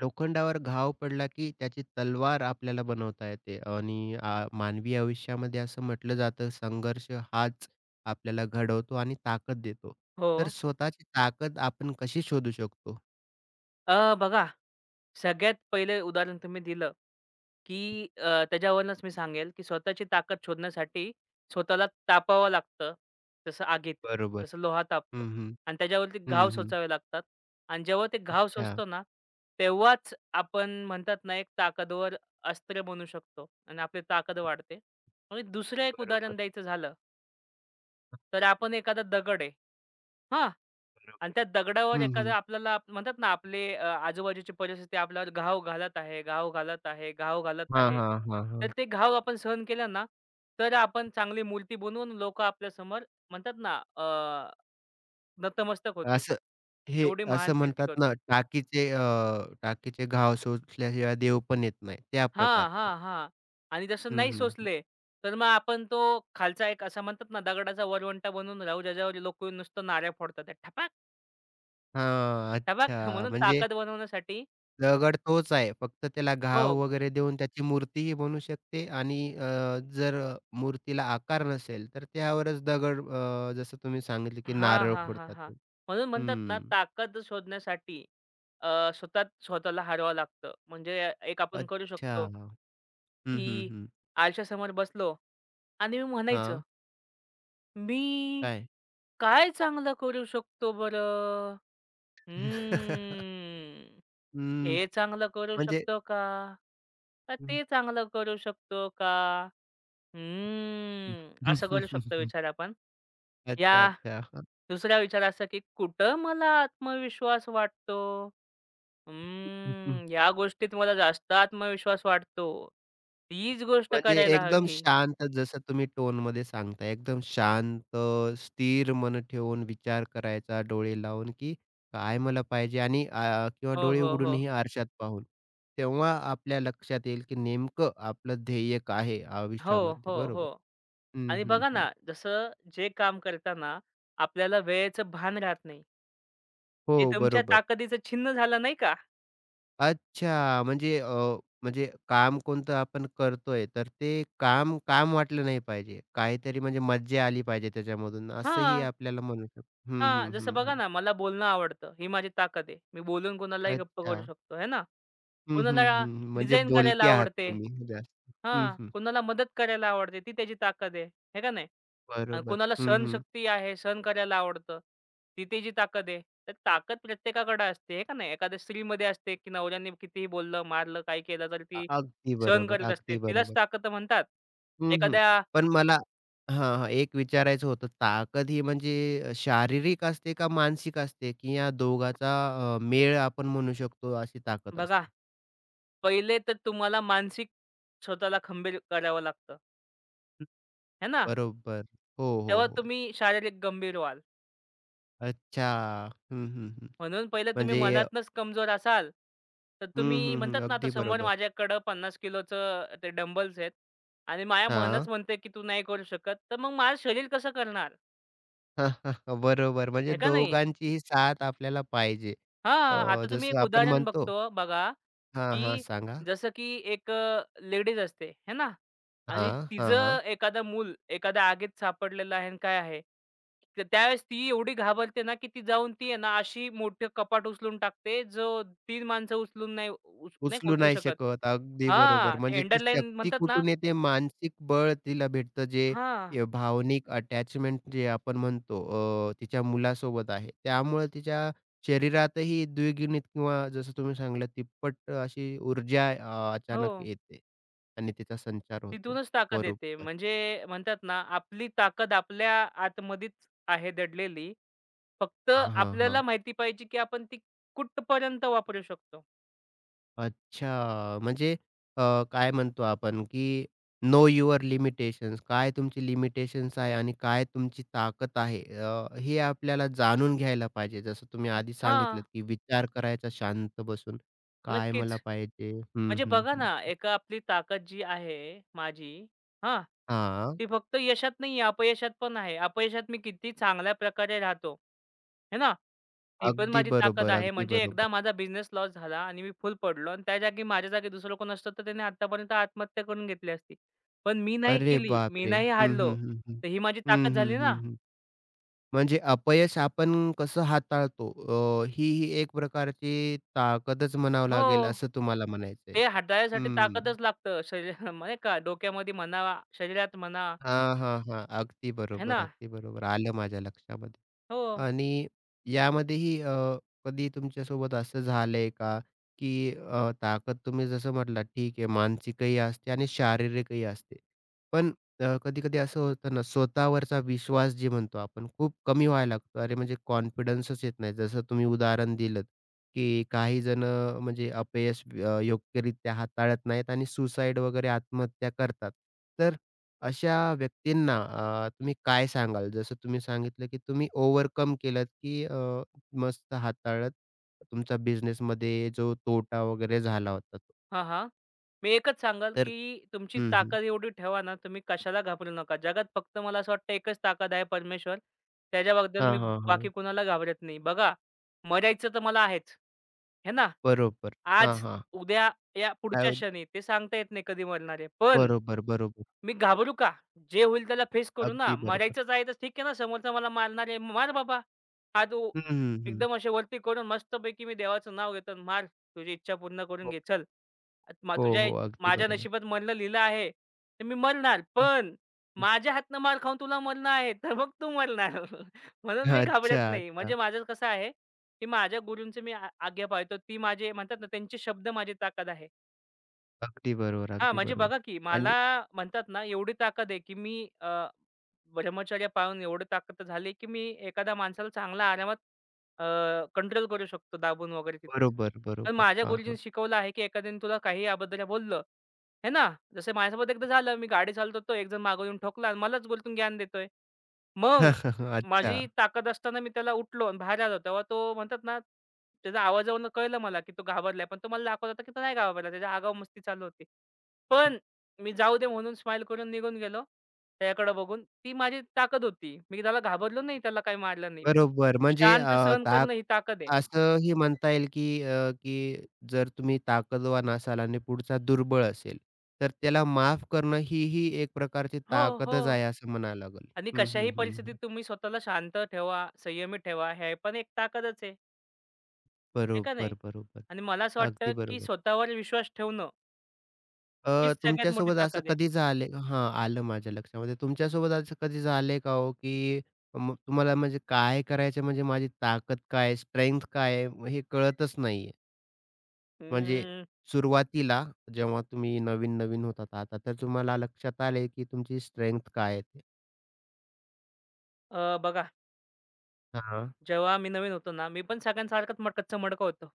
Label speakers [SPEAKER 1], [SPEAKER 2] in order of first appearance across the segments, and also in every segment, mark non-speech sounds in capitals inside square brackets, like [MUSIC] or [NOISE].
[SPEAKER 1] लोखंडावर घाव पडला, की त्याची तलवार आपल्याला बनवता येते आणि मानवी आयुष्यामध्ये असं म्हटलं जातं, संघर्ष हाच आपल्याला घडवतो आणि ताकद देतो.
[SPEAKER 2] हो.
[SPEAKER 1] तर स्वतःची ताकद आपण कशी शोधू शकतो?
[SPEAKER 2] बघा, सगळ्यात पहिले उदाहरण तुम्ही दिलं, की त्याच्यावरूनच मी सांगेल, की स्वतःची ताकद शोधण्यासाठी स्वतःला तापावं लागतं. जसं आगीत,
[SPEAKER 1] बरोबर.
[SPEAKER 2] जसं लोहा तापतो
[SPEAKER 1] हं, हं.
[SPEAKER 2] आणि त्याच्यावरती घाव
[SPEAKER 1] हं, हं.
[SPEAKER 2] सोचावे लागतात आणि जेव्हा ते घाव
[SPEAKER 1] अच्छा.
[SPEAKER 2] सोसतो ना, तेव्हाच आपण म्हणतात ना, एक ताकदवर अस्त्र बनू शकतो आणि आपली ताकद वाढते. आणि दुसरं एक
[SPEAKER 1] बरोबर,
[SPEAKER 2] उदाहरण द्यायचं झालं, तर आपण एखादा दगड आहे, हां? आणि
[SPEAKER 1] बरोबर.
[SPEAKER 2] त्या दगडावर
[SPEAKER 1] हं,
[SPEAKER 2] एखादं
[SPEAKER 1] हं.
[SPEAKER 2] आपल्याला आप म्हणतात ना, आपले आजूबाजूची परिस्थिती आपल्यावर घाव घालत आहे, घाव घालत आहे, घाव घालत
[SPEAKER 1] हां,
[SPEAKER 2] आहे.
[SPEAKER 1] हां, हां,
[SPEAKER 2] तर
[SPEAKER 1] हां.
[SPEAKER 2] ते घाव आपण सहन केलं ना, तर आपण चांगली मूर्ती बनवून लोकं आपल्यासमोर म्हणतात ना, नतमस्तक होतील.
[SPEAKER 1] असं हे
[SPEAKER 2] एवढी
[SPEAKER 1] असं
[SPEAKER 2] महान कीर्ती
[SPEAKER 1] म्हणतात
[SPEAKER 2] करू.
[SPEAKER 1] ना, टाकीचे घाव सोसल्याशिवाय देव पण येत नाही, त्या
[SPEAKER 2] हां,
[SPEAKER 1] प्रकारचं.
[SPEAKER 2] हां, हां. आणि जसं
[SPEAKER 1] हं,
[SPEAKER 2] नाही
[SPEAKER 1] हं, हं.
[SPEAKER 2] सोचले, तर मग आपण तो खालचा एक असा म्हणतात ना, दगडाचा वरवंटा बनवून राहू, ज्याच्यावर लोकं नुसतं नाऱ्या फोडतात. त्या ठपाक,
[SPEAKER 1] हां.
[SPEAKER 2] ठपाक
[SPEAKER 1] अच्छा.
[SPEAKER 2] म्हणून
[SPEAKER 1] म्हणजे
[SPEAKER 2] ताकद बनवण्यासाठी.
[SPEAKER 1] दगड तोच आहे. फक्त त्याला
[SPEAKER 2] हो.
[SPEAKER 1] घाव वगैरे देऊन त्याची मूर्तीही बनू शकते आणि जर मूर्तीला आकार नसेल, तर त्यावरच दगड जसं तुम्ही सांगितलं, की
[SPEAKER 2] हां,
[SPEAKER 1] नारळ
[SPEAKER 2] हां, हां,
[SPEAKER 1] फोडतात.
[SPEAKER 2] हां. म्हणून म्हणतात ना,
[SPEAKER 1] हं.
[SPEAKER 2] ताकद शोधण्यासाठी स्वतःच स्वतःला हरवावं लागतं. म्हणजे एक आपण करू
[SPEAKER 1] अच्छा.
[SPEAKER 2] शकतो,
[SPEAKER 1] हं,
[SPEAKER 2] की
[SPEAKER 1] हं, हं.
[SPEAKER 2] आरशासमोर बसलो आणि मी म्हणायचं,
[SPEAKER 1] हां.
[SPEAKER 2] "मी
[SPEAKER 1] काय?
[SPEAKER 2] काय चांगलं करू शकतो बरं?
[SPEAKER 1] [LAUGHS]
[SPEAKER 2] हम्म,
[SPEAKER 1] हं.
[SPEAKER 2] हे चांगलं करू
[SPEAKER 1] म्हणजे
[SPEAKER 2] शकतो का? का ते
[SPEAKER 1] हं,
[SPEAKER 2] चांगलं करू शकतो का?
[SPEAKER 1] हं.
[SPEAKER 2] असं करू शकतो
[SPEAKER 1] [LAUGHS]
[SPEAKER 2] विचार आपण.
[SPEAKER 1] अच्छा,
[SPEAKER 2] या
[SPEAKER 1] अच्छा.
[SPEAKER 2] दुसरा विचार असा, की कुठं मला आत्मविश्वास वाटतो?
[SPEAKER 1] [LAUGHS]
[SPEAKER 2] या गोष्टीत मला जास्त आत्मविश्वास वाटतो. तीच गोष्ट
[SPEAKER 1] म्हणजे
[SPEAKER 2] करायला
[SPEAKER 1] एकदम
[SPEAKER 2] हवी.
[SPEAKER 1] शांत जसं तुम्ही टोन टोनमध्ये सांगताय, एकदम शांत, स्थिर मन ठेवून विचार करायचा डोळे लावून, की काय मला पाहिजे आणि किंवा
[SPEAKER 2] हो,
[SPEAKER 1] डोळे
[SPEAKER 2] हो, हो.
[SPEAKER 1] उघडूनही आरशात पाहून. तेव्हा आपल्या लक्षात येईल, की नेमकं आपलं ध्येय काय आहे
[SPEAKER 2] हो,
[SPEAKER 1] आयुष्यामध्ये.
[SPEAKER 2] हो, हो.
[SPEAKER 1] बरोबर. हं,
[SPEAKER 2] आणि
[SPEAKER 1] हं,
[SPEAKER 2] बघा
[SPEAKER 1] हं.
[SPEAKER 2] ना, जसं जे काम करताना आपल्याला वेळेचं भान राहत नाही.
[SPEAKER 1] हो,
[SPEAKER 2] ते तुमच्या
[SPEAKER 1] बरोबर.
[SPEAKER 2] ताकदीचं छिन्न झालं नाही का?
[SPEAKER 1] अच्छा, म्हणजे म्हणजे काम कोणतं आपण करतोय, तर ते काम काम वाटलं नाही पाहिजे. काहीतरी म्हणजे मज्जा आली पाहिजे त्याच्यामधून, असंही
[SPEAKER 2] हां,
[SPEAKER 1] आपल्याला म्हणू शकतो. हं,
[SPEAKER 2] हां.
[SPEAKER 1] हं,
[SPEAKER 2] जसं
[SPEAKER 1] हं,
[SPEAKER 2] बघा
[SPEAKER 1] हं.
[SPEAKER 2] ना, मला बोलणं आवडतं. ही माझी ताकद आहे. मी बोलून कोणालाही गप्प
[SPEAKER 1] अच्छा.
[SPEAKER 2] करू शकतो, आहे ना?
[SPEAKER 1] हं, हं,
[SPEAKER 2] कोणाला
[SPEAKER 1] हं. म्हणजे
[SPEAKER 2] डिझाइन करायला
[SPEAKER 1] बोलके आहात
[SPEAKER 2] आवडते.
[SPEAKER 1] तुम्ही जास्त. हं,
[SPEAKER 2] हां,
[SPEAKER 1] हं.
[SPEAKER 2] कोणाला मदत करायला आवडते, ती त्याची ताकद आहे. आहे का नाही? आणि
[SPEAKER 1] बरोबर.
[SPEAKER 2] कोणाला
[SPEAKER 1] हं, हं.
[SPEAKER 2] सहनशक्ती आहे, सहन करायला आवडतं, ती त्याची ताकद आहे. तर ताकद प्रत्येकाकडे असते, आहे का नाही? एखाद्या स्त्रीमध्ये असते, की नवऱ्याने कितीही बोललं, मारलं, काही केलं, तर ती
[SPEAKER 1] अगदी
[SPEAKER 2] सहन
[SPEAKER 1] बरोबर,
[SPEAKER 2] करत असते.
[SPEAKER 1] अगदी
[SPEAKER 2] तिलाच
[SPEAKER 1] बरोबर.
[SPEAKER 2] ताकद म्हणतात.
[SPEAKER 1] हं, हं.
[SPEAKER 2] एखाद्या
[SPEAKER 1] पण मला हां, हां. एक विचारायचं होतं ताकद ही म्हणजे शारीरिक असते का मानसिक असते? की या दोघाचा मेळ आपण म्हणू शकतो अशी ताकद
[SPEAKER 2] बघा,
[SPEAKER 1] असते?
[SPEAKER 2] पहिले तर तुम्हाला मानसिक स्वतःला खंबीर करावं लागतं,
[SPEAKER 1] हं.
[SPEAKER 2] आहे ना?
[SPEAKER 1] बरोबर. हो, हो,
[SPEAKER 2] तेव्हा
[SPEAKER 1] हो.
[SPEAKER 2] तुम्ही शारीरिक गंभीर व्हाल.
[SPEAKER 1] अच्छा. हं, हं, हं.
[SPEAKER 2] म्हणून पहिले तुम्ही
[SPEAKER 1] म्हणजे
[SPEAKER 2] मनातनच कमजोर असाल, तर
[SPEAKER 1] हं,
[SPEAKER 2] तुम्ही
[SPEAKER 1] हं, हं.
[SPEAKER 2] म्हणतात ना, आता
[SPEAKER 1] अगदी
[SPEAKER 2] समोर
[SPEAKER 1] बरोबर.
[SPEAKER 2] माझ्याकडं 50 किलोचं ते डंबल्स आहेत आणि माझ्या मनच
[SPEAKER 1] हां.
[SPEAKER 2] म्हणतंय, की तू नाही करू शकत, तर मग माझं शरीर कसं करणार?
[SPEAKER 1] [LAUGHS] बरोबर. म्हणजे
[SPEAKER 2] आहे का नाही?
[SPEAKER 1] दोघांचीही साथ आपल्याला पाहिजे.
[SPEAKER 2] हां, आता तुम्ही
[SPEAKER 1] जसं
[SPEAKER 2] एक
[SPEAKER 1] आपण
[SPEAKER 2] उदाहरण
[SPEAKER 1] म्हणतो
[SPEAKER 2] बघतो बघा,
[SPEAKER 1] हां, हां.
[SPEAKER 2] की
[SPEAKER 1] सांगा.
[SPEAKER 2] जसं की एक लेडीज असते, है ना? आणि
[SPEAKER 1] हां, हां, हां.
[SPEAKER 2] तिचं एखादा मूल एखाद्या आगीत सापडलेलं आहे आणि काय आहे. तर त्यावेळेस ती एवढी घाबरते ना, की ती जाऊन ती आहे ना अशी मोठं कपाट उचलून टाकते, जो 3 माणसं उचलून नाही उच नाही
[SPEAKER 1] उचलू
[SPEAKER 2] उचलू
[SPEAKER 1] नाही
[SPEAKER 2] शकत.
[SPEAKER 1] शकत. अगदी बरोबर.
[SPEAKER 2] हां, ते
[SPEAKER 1] म्हणजे ती
[SPEAKER 2] एंडरलाईन
[SPEAKER 1] शक्ती
[SPEAKER 2] म्हणतात ना.
[SPEAKER 1] कुठून येते? मानसिक बळ तिला भेटतं जे
[SPEAKER 2] हां,
[SPEAKER 1] भावनिक अटॅचमेंट जे आपण म्हणतो तिच्या मुलासोबत आहे. त्यामुळे तिच्या शरीरातही द्विगुणित किंवा जसं तुम्ही सांगितलं तिप्पट अशी ऊर्जा
[SPEAKER 2] हो.
[SPEAKER 1] अचानक येते आणि तिचा संचार होतो.
[SPEAKER 2] तिथूनच ताकद येते.
[SPEAKER 1] बरोबर.
[SPEAKER 2] म्हणजे म्हणतात ना, आपली ताकद आपल्या आतमध्येच आहे दडलेली. फक्त
[SPEAKER 1] हां, हां, हां.
[SPEAKER 2] आपल्याला माहिती पाहिजे, की आपण ती कुठपर्यंत वापरू शकतो.
[SPEAKER 1] अच्छा. म्हणजे अ, काय म्हणतो आपण, की नो युअर लिमिटेशन्स. काय तुमची लिमिटेशन्स आहे आणि काय तुमची ताकद आहे, हे आपल्याला जाणून घ्यायला पाहिजे. जसं तुम्ही आधी
[SPEAKER 2] हां,
[SPEAKER 1] सांगितलंत, की विचार करायचा शांत बसून, काय
[SPEAKER 2] नक्कीच.
[SPEAKER 1] मला पाहिजे? हं,
[SPEAKER 2] म्हणजे
[SPEAKER 1] हं,
[SPEAKER 2] बघा
[SPEAKER 1] हं.
[SPEAKER 2] ना, एक आपली ताकद जी आहे माझी, हां,
[SPEAKER 1] हां.
[SPEAKER 2] ती फक्त यशात नाही आहे, अपयशात पण आहे. अपयशात मी किती चांगल्या प्रकारे राहतो, है ना? ती पण
[SPEAKER 1] अगदी
[SPEAKER 2] माझी ताकद
[SPEAKER 1] बरोबर,
[SPEAKER 2] आहे.
[SPEAKER 1] अगदी
[SPEAKER 2] म्हणजे एकदा
[SPEAKER 1] बरोबर.
[SPEAKER 2] माझा बिझनेस लॉस झाला आणि मी फुल पडलो आणि त्या जागी माझ्या जागी दुसरं कोण असतं, तर त्याने आत्तापर्यंत आत्महत्या करून घेतली असती. पण मी नाही
[SPEAKER 1] अरे
[SPEAKER 2] केली, मी
[SPEAKER 1] बापरे!
[SPEAKER 2] नाही
[SPEAKER 1] हं,
[SPEAKER 2] हारलो.
[SPEAKER 1] हं, हं, हं.
[SPEAKER 2] तर ही माझी ताकद झाली
[SPEAKER 1] हं, हं,
[SPEAKER 2] ना.
[SPEAKER 1] हं. म्हणजे अपयश आपण कसं हाताळतो ही ही एक प्रकारची ताकदच म्हणावं लागेल
[SPEAKER 2] हो,
[SPEAKER 1] असं तुम्हाला म्हणायचंय.
[SPEAKER 2] ते हाताळण्यासाठी
[SPEAKER 1] हं.
[SPEAKER 2] ताकदच लागतं. शरीर [LAUGHS] नाही का डोक्यामध्ये म्हणा, शरीरात म्हणा,
[SPEAKER 1] हां, हां, हां. अगदी
[SPEAKER 2] है
[SPEAKER 1] बरोबर,
[SPEAKER 2] ना?
[SPEAKER 1] अगदी बरोबर. आलं माझ्या लक्षामध्ये.
[SPEAKER 2] हो.
[SPEAKER 1] आणि यामध्येही कधी तुमच्यासोबत असं झालंय का, की ताकद तुम्ही जसं म्हटलात ठीक आहे मानसिकही असते आणि शारीरिकही असते. पण कधी-कधी असं होतं ना, स्वतःवरचा विश्वास जे म्हणतो आपण खूप कमी व्हायला लागतो. अरे म्हणजे कॉन्फिडन्सच येत नाही. जसं तुम्ही उदाहरण दिलंत, की काही जणं म्हणजे अपयश योग्यरित्या हाताळत नाहीत आणि सुसाईड वगैरे आत्महत्या करतात. अशा व्यक्तींना तुम्ही काय सांगाल? जसं तुम्ही सांगितलं, की तुम्ही ओव्हरकम केलत, की मस्त हाताळत तुमचा बिझनेसमध्ये जो तोटा वगैरे झाला होता तो.
[SPEAKER 2] हां, हां. मी एकच सांगाल,
[SPEAKER 1] तर
[SPEAKER 2] की तुमची
[SPEAKER 1] हं, हं.
[SPEAKER 2] ताकद एवढी ठेवा ना, तुम्ही कशाला घाबरू नका. जगात फक्त मला असं वाटतं एकच ताकद आहे परमेश्वर. त्याच्याबद्दल
[SPEAKER 1] हां,
[SPEAKER 2] मी
[SPEAKER 1] हां,
[SPEAKER 2] बाकी
[SPEAKER 1] हां.
[SPEAKER 2] कुणाला घाबरत नाही. बघा, मरायचं तर मला आहेच. हे ना,
[SPEAKER 1] बरोबर. हां,
[SPEAKER 2] आज,
[SPEAKER 1] हां.
[SPEAKER 2] उद्या, या
[SPEAKER 1] काय
[SPEAKER 2] पुढच्या
[SPEAKER 1] होत
[SPEAKER 2] क्षणी ते सांगता येत नाही कधी मरणार आहे. पण
[SPEAKER 1] बरोबर, बरोबर.
[SPEAKER 2] मी घाबरू का? जे होईल त्याला फेस करू ना.
[SPEAKER 1] अगदी बरोबर.
[SPEAKER 2] मरायचंच आहे तर ठीक आहे ना, समोरचा मला मारणार आहे, मार बाबा. हात व
[SPEAKER 1] हं, हं, हं.
[SPEAKER 2] एकदम असे वरती करून मस्तपैकी मी देवाचं नाव घेतो आणि मार, तुझी इच्छा पूर्ण करून
[SPEAKER 1] हो,
[SPEAKER 2] घे, चल. म
[SPEAKER 1] हो,
[SPEAKER 2] तुझ्या
[SPEAKER 1] हो. अगदी
[SPEAKER 2] माझ्या
[SPEAKER 1] बरोबर.
[SPEAKER 2] नशिबात मरणं लिहिलं आहे, तर मी मरणार.
[SPEAKER 1] हं,
[SPEAKER 2] पण
[SPEAKER 1] हं.
[SPEAKER 2] माझ्या हातनं मार खाऊन तुला मरणं आहे, तर मग तू मरणार. [LAUGHS] म्हणून मी घाबरत
[SPEAKER 1] अच्छा,
[SPEAKER 2] नाही.
[SPEAKER 1] अच्छा.
[SPEAKER 2] म्हणजे माझं कसं आहे, की माझ्या गुरूंची मी आज्ञा पाळतो. ती माझे म्हणतात ना, त्यांचे शब्द माझी ताकद आहे.
[SPEAKER 1] अगदी बरोबर,
[SPEAKER 2] हां,
[SPEAKER 1] अगदी
[SPEAKER 2] म्हणजे
[SPEAKER 1] बरोबर.
[SPEAKER 2] बघा की मला
[SPEAKER 1] आणि
[SPEAKER 2] म्हणतात ना, एवढी ताकद आहे, की मी ब्रह्मचर्य पाळून एवढी ताकद झाली, की मी एखाद्या माणसाला चांगला आरामात अ, कंट्रोल करू शकतो दाबून वगैरे तिथेच.
[SPEAKER 1] बरोबर,
[SPEAKER 2] पण
[SPEAKER 1] बरोबर.
[SPEAKER 2] माझ्या
[SPEAKER 1] हां,
[SPEAKER 2] गुरुजींनी
[SPEAKER 1] हां.
[SPEAKER 2] शिकवलं आहे, की एखाद्याने तुला काही याबद्दल बोललं, हे ना? जसं माझ्यासोबत एकदा झालं, मी गाडी चालवत होतो, एक जण मागून येऊन ठोकला आणि मलाच बोलतून ज्ञान देतोय. मग
[SPEAKER 1] [LAUGHS]
[SPEAKER 2] माझी
[SPEAKER 1] अच्छा.
[SPEAKER 2] ताकद असताना मी त्याला उठलो आणि बाहेर आलो. तेव्हा तो म्हणतात ना, त्याच्या आवाजावरून कळलं मला, की तो घाबरलाय. पण तो मला दाखवत होता, की तो नाही घाबरला. त्याच्या आगाऊ मस्ती चालू होती. पण मी जाऊ दे म्हणून स्माईल करून निघून गेलो त्याच्याकडे बघून. ती माझी ताकद होती. मी त्याला घाबरलो नाही, त्याला काही मारलं नाही. पण
[SPEAKER 1] बरोबर. म्हणजे
[SPEAKER 2] शांत
[SPEAKER 1] अ,
[SPEAKER 2] सहन
[SPEAKER 1] ताक
[SPEAKER 2] करणं ही ताकद आहे.
[SPEAKER 1] असंही म्हणता येईल, की जर तुम्ही ताकदवान असाल आणि पुढचा दुर्बळ असेल, तर त्याला माफ करणं ही ही एक प्रकारची
[SPEAKER 2] हो,
[SPEAKER 1] ताकदच
[SPEAKER 2] हो.
[SPEAKER 1] आहे असं म्हणायला लागेल.
[SPEAKER 2] आणि
[SPEAKER 1] हं,
[SPEAKER 2] कशाही
[SPEAKER 1] हं, हं,
[SPEAKER 2] परिस्थितीत
[SPEAKER 1] हं.
[SPEAKER 2] तुम्ही स्वतःला शांत ठेवा, संयमी ठेवा. हे पण एक ताकदच आहे. आहे का नाही?
[SPEAKER 1] बरोबर, बरोबर.
[SPEAKER 2] आणि मला असं वाटतं,
[SPEAKER 1] अगदी
[SPEAKER 2] की
[SPEAKER 1] बरोबर.
[SPEAKER 2] स्वतःवर विश्वास ठेवणं हीच सगळ्यात मोठी
[SPEAKER 1] तुमच्यासोबत असं
[SPEAKER 2] ताकद आहे.
[SPEAKER 1] कधी झाले हां, आलं माझ्या लक्षामध्ये. तुमच्यासोबत असं कधी झालंय का हो, की मग तुम्हाला म्हणजे काय करायचं म्हणजे माझी ताकद काय आहे, काय आहे, हे कळतच नाहीये? म्हणजे
[SPEAKER 2] हम्म,
[SPEAKER 1] सुरुवातीला जेव्हा तुम्ही नवीन-नवीन होतात आता तर तुम्हाला लक्षात आलंय, की तुमची स्ट्रेंग्थ काय आहे ते.
[SPEAKER 2] बघा,
[SPEAKER 1] हां.
[SPEAKER 2] जेव्हा मी नवीन होतो ना, मी पण सगळ्यांसारखाच कच्चा मडका होतो.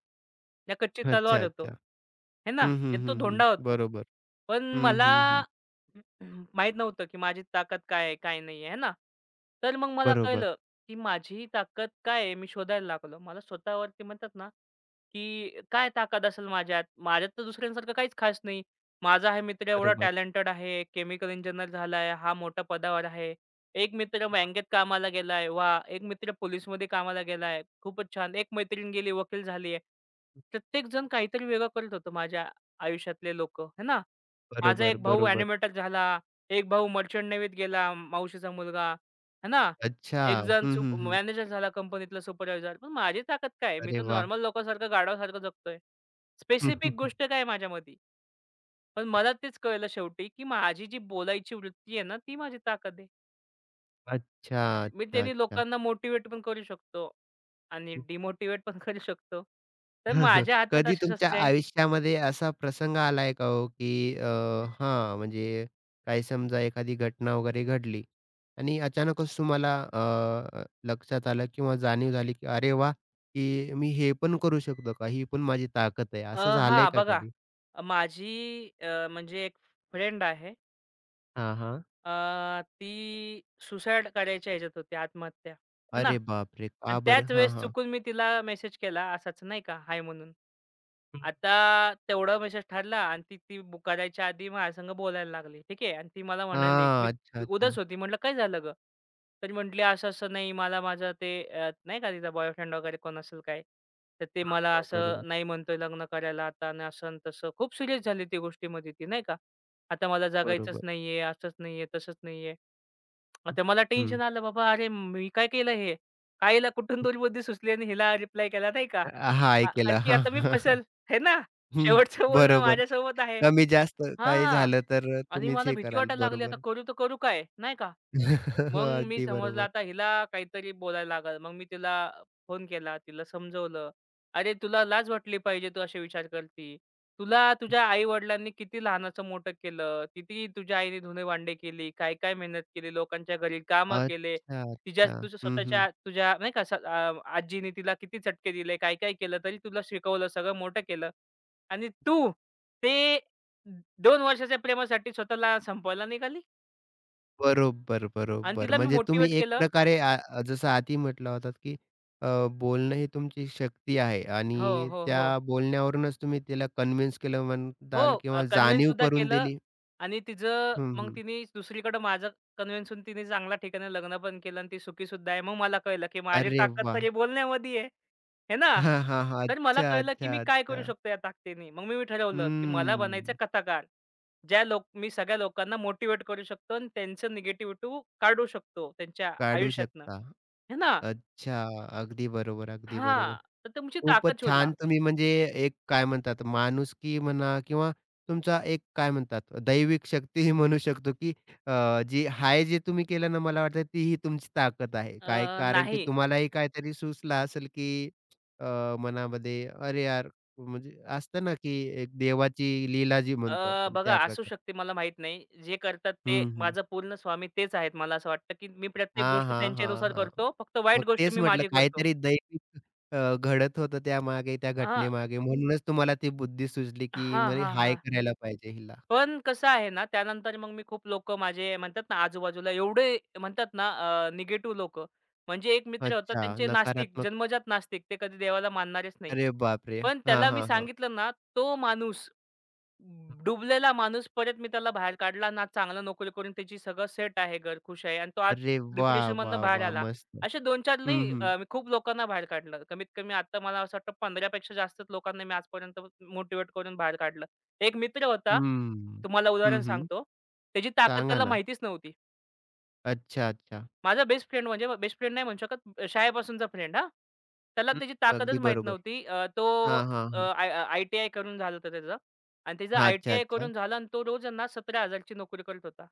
[SPEAKER 2] या कच्ची
[SPEAKER 1] अच्छा,
[SPEAKER 2] तलवार होतो.
[SPEAKER 1] अच्छा.
[SPEAKER 2] है ना?
[SPEAKER 1] हं, हं,
[SPEAKER 2] एक तो
[SPEAKER 1] हं, हं.
[SPEAKER 2] धोंडा होतो.
[SPEAKER 1] बरोबर.
[SPEAKER 2] पण
[SPEAKER 1] हं,
[SPEAKER 2] मला
[SPEAKER 1] हं, हं.
[SPEAKER 2] [CLEARS THROAT] माहीत नव्हतं, की माझी ताकद काय आहे, काय नाही आहे, ना? तर मग मला
[SPEAKER 1] बरोबर,
[SPEAKER 2] कळलं, की माझी ताकद काय आहे, मी शोधायला लागलो. मला स्वतःवरती म्हणतात ना, की काय ताकद असेल माझ्यात? माझ्यात तर दुसऱ्यांसारखं काहीच खास नाही. माझा हा मित्र एवढा
[SPEAKER 1] बरोबर,
[SPEAKER 2] टॅलेंटेड आहे, केमिकल इंजिनिअर झालाय, हा मोठ्या पदावर आहे. एक मित्र बँकेत कामाला गेलाय, वाह! एक मित्र पोलिसमध्ये कामाला गेलाय, खूपच छान. एक मैत्रीण गेली, वकील झाली आहे. प्रत्येकजण काहीतरी वेगळं करत होतं माझ्या आयुष्यातले लोकं, है ना? माझा
[SPEAKER 1] बरोबर,
[SPEAKER 2] एक भाऊ
[SPEAKER 1] बरोबर.
[SPEAKER 2] ॲनिमेटर झाला, एक भाऊ मर्चंट नेव्हीत गेला, मावशीचा मुलगा, है ना?
[SPEAKER 1] अच्छा.
[SPEAKER 2] एक जण
[SPEAKER 1] हं, हं,
[SPEAKER 2] सुप
[SPEAKER 1] हं.
[SPEAKER 2] मॅनेजर झाला कंपनीतला सुपरवायझर. पण माझी ताकद काय आहे? मी
[SPEAKER 1] अरे
[SPEAKER 2] तर
[SPEAKER 1] वाह!
[SPEAKER 2] नॉर्मल लोकांसारखं गाढवासारखं जगतोय. स्पेसिफिक
[SPEAKER 1] [LAUGHS]
[SPEAKER 2] गोष्ट काय आहे माझ्यामधी? पण मला तेच कळलं शेवटी, की माझी जी बोलायची वृत्ती आहे ना, ती माझी ताकद आहे.
[SPEAKER 1] अच्छा,
[SPEAKER 2] मी
[SPEAKER 1] अच्छा,
[SPEAKER 2] त्यानी
[SPEAKER 1] अच्छा.
[SPEAKER 2] लोकांना मोटिव्हेट पण करू शकतो आणि डिमोटिव्हेट पण [LAUGHS] करू शकतो. तर
[SPEAKER 1] [LAUGHS]
[SPEAKER 2] माझ्या हातात
[SPEAKER 1] कधी
[SPEAKER 2] अशी
[SPEAKER 1] तुमच्या
[SPEAKER 2] शस्त्रे आहे.
[SPEAKER 1] आयुष्यामध्ये असा प्रसंग आलाय का हो, की हां, म्हणजे काही समजा एखादी घटना वगैरे घडली आणि अचानकच तुम्हाला लक्षात आलं किंवा जाणीव झाली, की "अरे वाह! की मी हे पण करू शकतो का? ही पण माझी ताकद आहे."
[SPEAKER 2] अ,
[SPEAKER 1] असं झालंय का
[SPEAKER 2] बघा,
[SPEAKER 1] कधी?
[SPEAKER 2] म्हणजे एक फ्रेंड आहे.
[SPEAKER 1] हां, हां.
[SPEAKER 2] ती सुसाईड करायच्या ह्याच्यात होती, आत्महत्या. है ना?
[SPEAKER 1] अरे बापरे!
[SPEAKER 2] आणि
[SPEAKER 1] का बरं?
[SPEAKER 2] त्याच
[SPEAKER 1] हां,
[SPEAKER 2] वेळेस
[SPEAKER 1] हां.
[SPEAKER 2] चुकून मी तिला मेसेज केला असाच नाही का, हाय म्हणून.
[SPEAKER 1] हं.
[SPEAKER 2] आता तेवढा मेसेज ठरला आणि ती ती बुक करायच्या आधी माझ्यासंग बोलायला लागली. ठीक आहे. आणि ती मला म्हणाली, मी
[SPEAKER 1] अच्छा, अच्छा.
[SPEAKER 2] उदास होती. म्हटलं, "काय झालं गं?" तर म्हटली, "असं-असं नाही मला माझं ते नाही का तिचा बॉयफ्रेंड वगैरे कोण असेल काय, तर ते
[SPEAKER 1] हां,
[SPEAKER 2] मला
[SPEAKER 1] हां. बरोबर,
[SPEAKER 2] असं नाही म्हणतोय लग्न करायला आता आणि असं आणि तसं." खूप सिरियस झाली ती गोष्टीमध्ये ती नाही का. "आता मला जगायचंच
[SPEAKER 1] बरोबर.
[SPEAKER 2] नाहीये, असंच नाहीये, तसंच नाहीये." आता मला
[SPEAKER 1] हं.
[SPEAKER 2] टेन्शन आलं बाबा, अरे मी काय केलं हे? काय हिला कुठून दुर्बुद्धी सुचली आणि हिला रिप्लाय केला नाही का?
[SPEAKER 1] हां,
[SPEAKER 2] हां, कारण
[SPEAKER 1] ऐकलं.
[SPEAKER 2] की आता मी
[SPEAKER 1] हां,
[SPEAKER 2] फसेल. हे ना,
[SPEAKER 1] हं.
[SPEAKER 2] शेवटचं बोलणं
[SPEAKER 1] बरोबर.
[SPEAKER 2] माझ्यासोबत आहे.
[SPEAKER 1] कमी-जास्त काही
[SPEAKER 2] हां.
[SPEAKER 1] झालं तर
[SPEAKER 2] आणि
[SPEAKER 1] तुम्हीच
[SPEAKER 2] मला
[SPEAKER 1] हे
[SPEAKER 2] भीती
[SPEAKER 1] कराल.
[SPEAKER 2] वाटायला लागली, आता
[SPEAKER 1] बरोबर.
[SPEAKER 2] करू तर करू काय? नाही का?
[SPEAKER 1] [LAUGHS]
[SPEAKER 2] मग मी
[SPEAKER 1] अगदी
[SPEAKER 2] समजलं
[SPEAKER 1] बरोबर.
[SPEAKER 2] आता हिला काहीतरी बोलायला लागल. मग मी तिला फोन केला. तिला समजवलं. "अरे, तुला लाज वाटली पाहिजे तू असे विचार करती. तुला तुझ्या आई-वडिलांनी किती लहानाचं मोठं केलं. किती तुझ्या आईने धुणी-भांडी केली. काय-काय मेहनत केली. लोकांच्या घरी कामं केले.
[SPEAKER 1] अच्छा,
[SPEAKER 2] तिच्या
[SPEAKER 1] अच्छा.
[SPEAKER 2] तुझ्या
[SPEAKER 1] हं, हं.
[SPEAKER 2] स्वतःच्या तुझ्या नाही का आजीने तिला किती चटके दिले. काय-काय केलं. तरी तुला शिकवलं. सगळं मोठं केलं. आणि तू ते 2 वर्षाच्या प्रेमासाठी स्वतःला संपवायला निघाली
[SPEAKER 1] बरोबर,
[SPEAKER 2] आणि
[SPEAKER 1] बरोबर.
[SPEAKER 2] तिला मी
[SPEAKER 1] म्हणजे तुम्ही
[SPEAKER 2] मोटिव्हेट
[SPEAKER 1] एक
[SPEAKER 2] केलं."
[SPEAKER 1] प्रकारे जसं आधी म्हटला होतात, की अ, बोलणं ही तुमची शक्ती आहे
[SPEAKER 2] हो,
[SPEAKER 1] आणि
[SPEAKER 2] हो,
[SPEAKER 1] त्या
[SPEAKER 2] हो.
[SPEAKER 1] बोलण्यावरूनच तुम्ही तिला कन्विन्स केलं
[SPEAKER 2] हो,
[SPEAKER 1] म्हणताल किंवा
[SPEAKER 2] कन्व्हिन्स
[SPEAKER 1] जाणीव
[SPEAKER 2] सुद्धा
[SPEAKER 1] करून
[SPEAKER 2] केलं
[SPEAKER 1] दिली.
[SPEAKER 2] आणि तिचं
[SPEAKER 1] हं,
[SPEAKER 2] मग
[SPEAKER 1] हं.
[SPEAKER 2] तिने दुसरीकडं माझं कन्व्हिन्स होऊन तिने चांगल्या ठिकाणी लग्न पण केलं आणि ती सुखी सुद्धा आहे. मग मला कळलं, की माझी
[SPEAKER 1] अरे
[SPEAKER 2] ताकद
[SPEAKER 1] वाह!
[SPEAKER 2] तरी बोलण्यामध्ये आहे, हे ना?
[SPEAKER 1] हां, हां, हां.
[SPEAKER 2] तर मला
[SPEAKER 1] अच्छा,
[SPEAKER 2] कळलं, की मी
[SPEAKER 1] अच्छा,
[SPEAKER 2] काय करू
[SPEAKER 1] अच्छा.
[SPEAKER 2] शकतो या ताकदीने. मग मी मी ठरवलं, की मला बनायचं
[SPEAKER 1] हम्म.
[SPEAKER 2] कथाकार. ज्या लोक मी सगळ्या लोकांना मोटिव्हेट करू शकतो आणि त्यांचं निगेटिव्हिटी काढू शकतो त्यांच्या
[SPEAKER 1] काढू
[SPEAKER 2] आयुष्यातनं,
[SPEAKER 1] शकता.
[SPEAKER 2] हे ना?
[SPEAKER 1] अच्छा. अगदी बरोबर, अगदी बरोबर.
[SPEAKER 2] हां, तर तुमची
[SPEAKER 1] खूपच
[SPEAKER 2] ताकद शोधा.
[SPEAKER 1] छान तुम्ही म्हणजे एक काय म्हणतात माणुसकी म्हणा किंवा तुमचा एक काय म्हणतात दैविक शक्तीही [LAUGHS] म्हणू शकतो, की जी आहे जे तुम्ही केलं ना मला वाटतं तीही तुमची ताकद आहे. काय कारण की
[SPEAKER 2] नाही.
[SPEAKER 1] तुम्हालाही काहीतरी सुचलं असेल, की मनामध्ये अरे यार! म्हणजे असतं ना, की एक देवाची लीला जी म्हणतो आपण
[SPEAKER 2] बघा,
[SPEAKER 1] त्या
[SPEAKER 2] असू
[SPEAKER 1] प्रकारे.
[SPEAKER 2] शकते मला माहीत नाही. जे करतात ते
[SPEAKER 1] हं, हं.
[SPEAKER 2] माझं पूर्ण स्वामी तेच आहेत. मला असं वाटतं, की मी प्रत्येक
[SPEAKER 1] हां,
[SPEAKER 2] गोष्ट
[SPEAKER 1] हां, हां,
[SPEAKER 2] त्यांच्यानुसार
[SPEAKER 1] हां.
[SPEAKER 2] करतो. फक्त वाईट
[SPEAKER 1] मग
[SPEAKER 2] गोष्ट
[SPEAKER 1] तेच
[SPEAKER 2] मी
[SPEAKER 1] म्हटलं
[SPEAKER 2] माझी करतो.
[SPEAKER 1] काहीतरी दैविक घडत होतं त्यामागे, त्या
[SPEAKER 2] हां.
[SPEAKER 1] घटनेमागे. म्हणूनच तुम्हाला ती बुद्धी सुचली, की
[SPEAKER 2] हां,
[SPEAKER 1] म्हणे
[SPEAKER 2] हां,
[SPEAKER 1] हाय
[SPEAKER 2] हां.
[SPEAKER 1] करायला पाहिजे हिला.
[SPEAKER 2] पण कसं आहे ना, त्यानंतर मग मी खूप लोक माझे म्हणतात ना, आजूबाजूला एवढे म्हणतात ना, निगेटिव्ह लोकं. म्हणजे एक मित्र होता
[SPEAKER 1] अच्छा,
[SPEAKER 2] त्यांचे नास्तिक,
[SPEAKER 1] नकारात्मक.
[SPEAKER 2] जन्मजात नास्तिक. ते कधी देवाला मानणारेच नाही.
[SPEAKER 1] अरे बापरे!
[SPEAKER 2] पण
[SPEAKER 1] हां,
[SPEAKER 2] त्याला मी
[SPEAKER 1] हां, हां.
[SPEAKER 2] सांगितलं ना, तो माणूस डुबलेला माणूस परत मी त्याला बाहेर काढला ना चांगला नोकरी करून त्याची सगळं सेट आहे, घर खुश आहे आणि तो आज
[SPEAKER 1] अरे वाह,
[SPEAKER 2] डिप्रेशनमधनं
[SPEAKER 1] वाह,
[SPEAKER 2] बाहेर
[SPEAKER 1] वाह!
[SPEAKER 2] आला.
[SPEAKER 1] मस्त.
[SPEAKER 2] असे दोन 4
[SPEAKER 1] हं,
[SPEAKER 2] नाही
[SPEAKER 1] हं.
[SPEAKER 2] मी खूप लोकांना बाहेर काढलं. कमीत कमी आता मला असं वाटतं 15 पेक्षा जास्तच लोकांना मी आजपर्यंत मोटिव्हेट करून बाहेर काढलं. एक मित्र होता,
[SPEAKER 1] हं.
[SPEAKER 2] तुम्हाला
[SPEAKER 1] हं,
[SPEAKER 2] उदाहरण
[SPEAKER 1] हं.
[SPEAKER 2] सांगतो. त्याची ताकद
[SPEAKER 1] सांगा
[SPEAKER 2] त्याला
[SPEAKER 1] ना.
[SPEAKER 2] माहितीच नव्हती.
[SPEAKER 1] अच्छा, अच्छा.
[SPEAKER 2] माझा बेस्ट फ्रेंड म्हणजे बेस्ट फ्रेंड नाही म्हणू शकत, शाळेपासूनचा फ्रेंड हा, त्याला
[SPEAKER 1] हं,
[SPEAKER 2] त्याची ताकदच
[SPEAKER 1] अगदी
[SPEAKER 2] माहीत
[SPEAKER 1] बरोबर.
[SPEAKER 2] नव्हती. तो
[SPEAKER 1] हां, हां, हां.
[SPEAKER 2] आय टी आय करून झालं होतं त्याचं आणि त्याचं
[SPEAKER 1] अच्छा,
[SPEAKER 2] आय-टी-आय
[SPEAKER 1] अच्छा.
[SPEAKER 2] करून झालं आणि तो रोज आहे ना 17,000 ची नोकरी करत होता.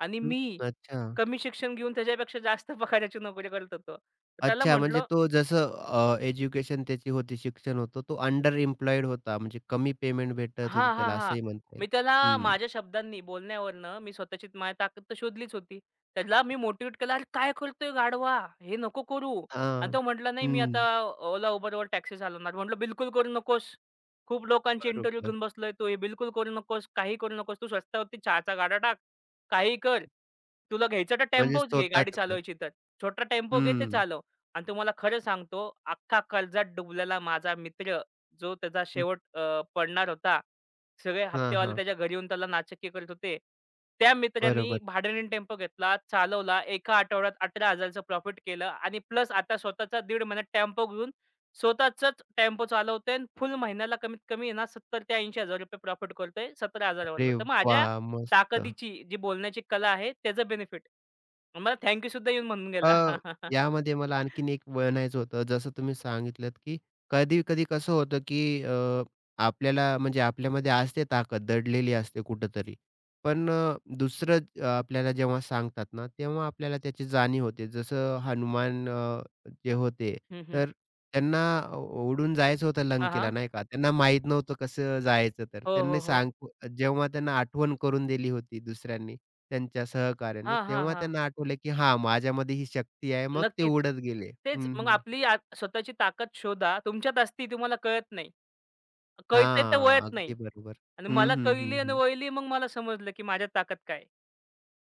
[SPEAKER 2] आणि
[SPEAKER 1] हं,
[SPEAKER 2] मी
[SPEAKER 1] अच्छा.
[SPEAKER 2] कमी शिक्षण घेऊन त्याच्यापेक्षा जास्त [LAUGHS] पगाराची नोकरी करत होतो. तर त्याला
[SPEAKER 1] अच्छा, म्हणजे
[SPEAKER 2] म्हटलं.
[SPEAKER 1] तो जसं एज्युकेशन त्याची होती, शिक्षण होतं, तो अंडर एम्प्लॉईड होता. म्हणजे कमी पेमेंट भेटत होती
[SPEAKER 2] हां, हां,
[SPEAKER 1] त्याला
[SPEAKER 2] हां.
[SPEAKER 1] असंही म्हणता येईल.
[SPEAKER 2] मी त्याला
[SPEAKER 1] हं.
[SPEAKER 2] माझ्या शब्दांनी, बोलण्यावरनं मी स्वतःची माझी ताकद तर शोधलीच होती. त्याला मी मोटिव्हेट केला. "अरे काय करतोय गाढवा? हे नको करू." आणि
[SPEAKER 1] हां.
[SPEAKER 2] तो म्हटला, "नाही मी आता
[SPEAKER 1] हं.
[SPEAKER 2] ओला Uberवर टॅक्सी चालवणार." म्हटलं, "बिलकुल करू नकोस. खूप लोकांचे इंटरव्ह्यू
[SPEAKER 1] बरोबर.
[SPEAKER 2] घेऊन बसलोय तू. हे बिलकुल करू नकोस. काही करू नकोस. तू स्वस्तावरती चहाचा गाडा टाक. काहीही कर. तुला घ्यायचं तर
[SPEAKER 1] म्हणजे
[SPEAKER 2] टेम्पोच घे गाडी
[SPEAKER 1] स्वतःच घर.
[SPEAKER 2] चालवायची तर. छोटा टेम्पो घे ते
[SPEAKER 1] हं.
[SPEAKER 2] चालव." आणि तुम्हाला खरं सांगतो, अख्खा कर्जात डुबलेला माझा मित्र जो त्याचा
[SPEAKER 1] हं.
[SPEAKER 2] शेवट पडणार होता, सगळे
[SPEAKER 1] हां,
[SPEAKER 2] हप्तेवाले
[SPEAKER 1] हां.
[SPEAKER 2] त्याच्या घरी येऊन त्याला नाचक्की करत होते. त्या मित्रांनी
[SPEAKER 1] बरोबर.
[SPEAKER 2] भाड्याने टेम्पो घेतला, चालवला. एका आठवड्यात 18,000चं प्रॉफिट केलं आणि प्लस आता स्वतःचा दीड महिन्यात टेम्पो घेऊन स्वतःचाच टेम्पो चालवतोय आणि फुल महिन्याला कमीत कमी आहे ना ₹70,000 ते ₹80,000 प्रॉफिट करतोय 17,000
[SPEAKER 1] अरे
[SPEAKER 2] वरनं. तर माझ्या
[SPEAKER 1] वाह! मस्त.
[SPEAKER 2] ताकदीची जी बोलण्याची कला आहे त्याचं बेनिफिट. मला थँक यू सुद्धा येऊन म्हणून गेला.
[SPEAKER 1] अ,
[SPEAKER 2] [LAUGHS]
[SPEAKER 1] यामध्ये मला आणखीन एक म्हणायचं होतं. जसं तुम्ही सांगितलत, की कधी-कधी कसं होतं, की आपल्याला म्हणजे आपल्यामध्ये असते ताकद दडलेली असते कुठेतरी. पण आपल्याला जेव्हा सांगतात ना, तेव्हा आपल्याला त्याची जाणीव होते. जसं हनुमान जे होते.
[SPEAKER 2] हं, हं.
[SPEAKER 1] तर त्यांना उडून जायचं होतं
[SPEAKER 2] हां,
[SPEAKER 1] लंकेला
[SPEAKER 2] हां.
[SPEAKER 1] नाही का. त्यांना माहीत नव्हतं कसं जायचं तर.
[SPEAKER 2] हो, हो,
[SPEAKER 1] त्यांनी
[SPEAKER 2] हो.
[SPEAKER 1] सांग जेव्हा त्यांना आठवण करून दिली होती दुसऱ्यांनी, त्यांच्या सहकाऱ्यांनी,
[SPEAKER 2] हां, हां,
[SPEAKER 1] तेव्हा
[SPEAKER 2] हां.
[SPEAKER 1] त्यांना आठवलं, की हां, माझ्यामध्ये ही शक्ती आहे. मग ते
[SPEAKER 2] नक्कीच.
[SPEAKER 1] उडत गेले.
[SPEAKER 2] तेच
[SPEAKER 1] हं,
[SPEAKER 2] मग
[SPEAKER 1] हं.
[SPEAKER 2] आपली स्वतःची ताकद शोधा. तुमच्यात असती तुम्हाला कळत नाही. कळतंय तर
[SPEAKER 1] हां,
[SPEAKER 2] वळत नाही.
[SPEAKER 1] अगदी बरोबर.
[SPEAKER 2] आणि
[SPEAKER 1] हं,
[SPEAKER 2] मला
[SPEAKER 1] हं, हं,
[SPEAKER 2] कळली आणि
[SPEAKER 1] हं.
[SPEAKER 2] वळली मग मला समजलं, की माझ्यात ताकद काय आहे.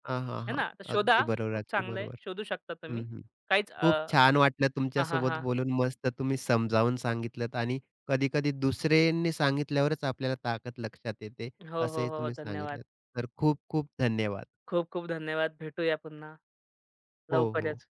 [SPEAKER 1] हां, हां,
[SPEAKER 2] है
[SPEAKER 1] हां.
[SPEAKER 2] ना? तर शोधा.
[SPEAKER 1] अगदी बरोबर,
[SPEAKER 2] खूप
[SPEAKER 1] अगदी
[SPEAKER 2] चांगलं आहे.
[SPEAKER 1] बरोबर.
[SPEAKER 2] शोधू शकता
[SPEAKER 1] हं,
[SPEAKER 2] तुम्ही.
[SPEAKER 1] हं.
[SPEAKER 2] काहीच
[SPEAKER 1] खूप
[SPEAKER 2] अ,
[SPEAKER 1] छान वाटलं
[SPEAKER 2] हां, हां,
[SPEAKER 1] तुमच्यासोबत
[SPEAKER 2] हां.
[SPEAKER 1] बोलून. मस्त तुम्ही समजावून सांगितलंत आणि कधी-कधी दुसऱ्यांनी सांगितल्यावरच आपल्याला ताकद लक्षात येते,
[SPEAKER 2] हो, हो,
[SPEAKER 1] असंही
[SPEAKER 2] हो. हो.
[SPEAKER 1] तुम्ही
[SPEAKER 2] धन्यवाद.
[SPEAKER 1] सांगितलंत. तर खूप-खूप धन्यवाद.
[SPEAKER 2] खूप खूप धन्यवाद. भेटूया पुन्हा
[SPEAKER 1] हो, हो.
[SPEAKER 2] लवकरच.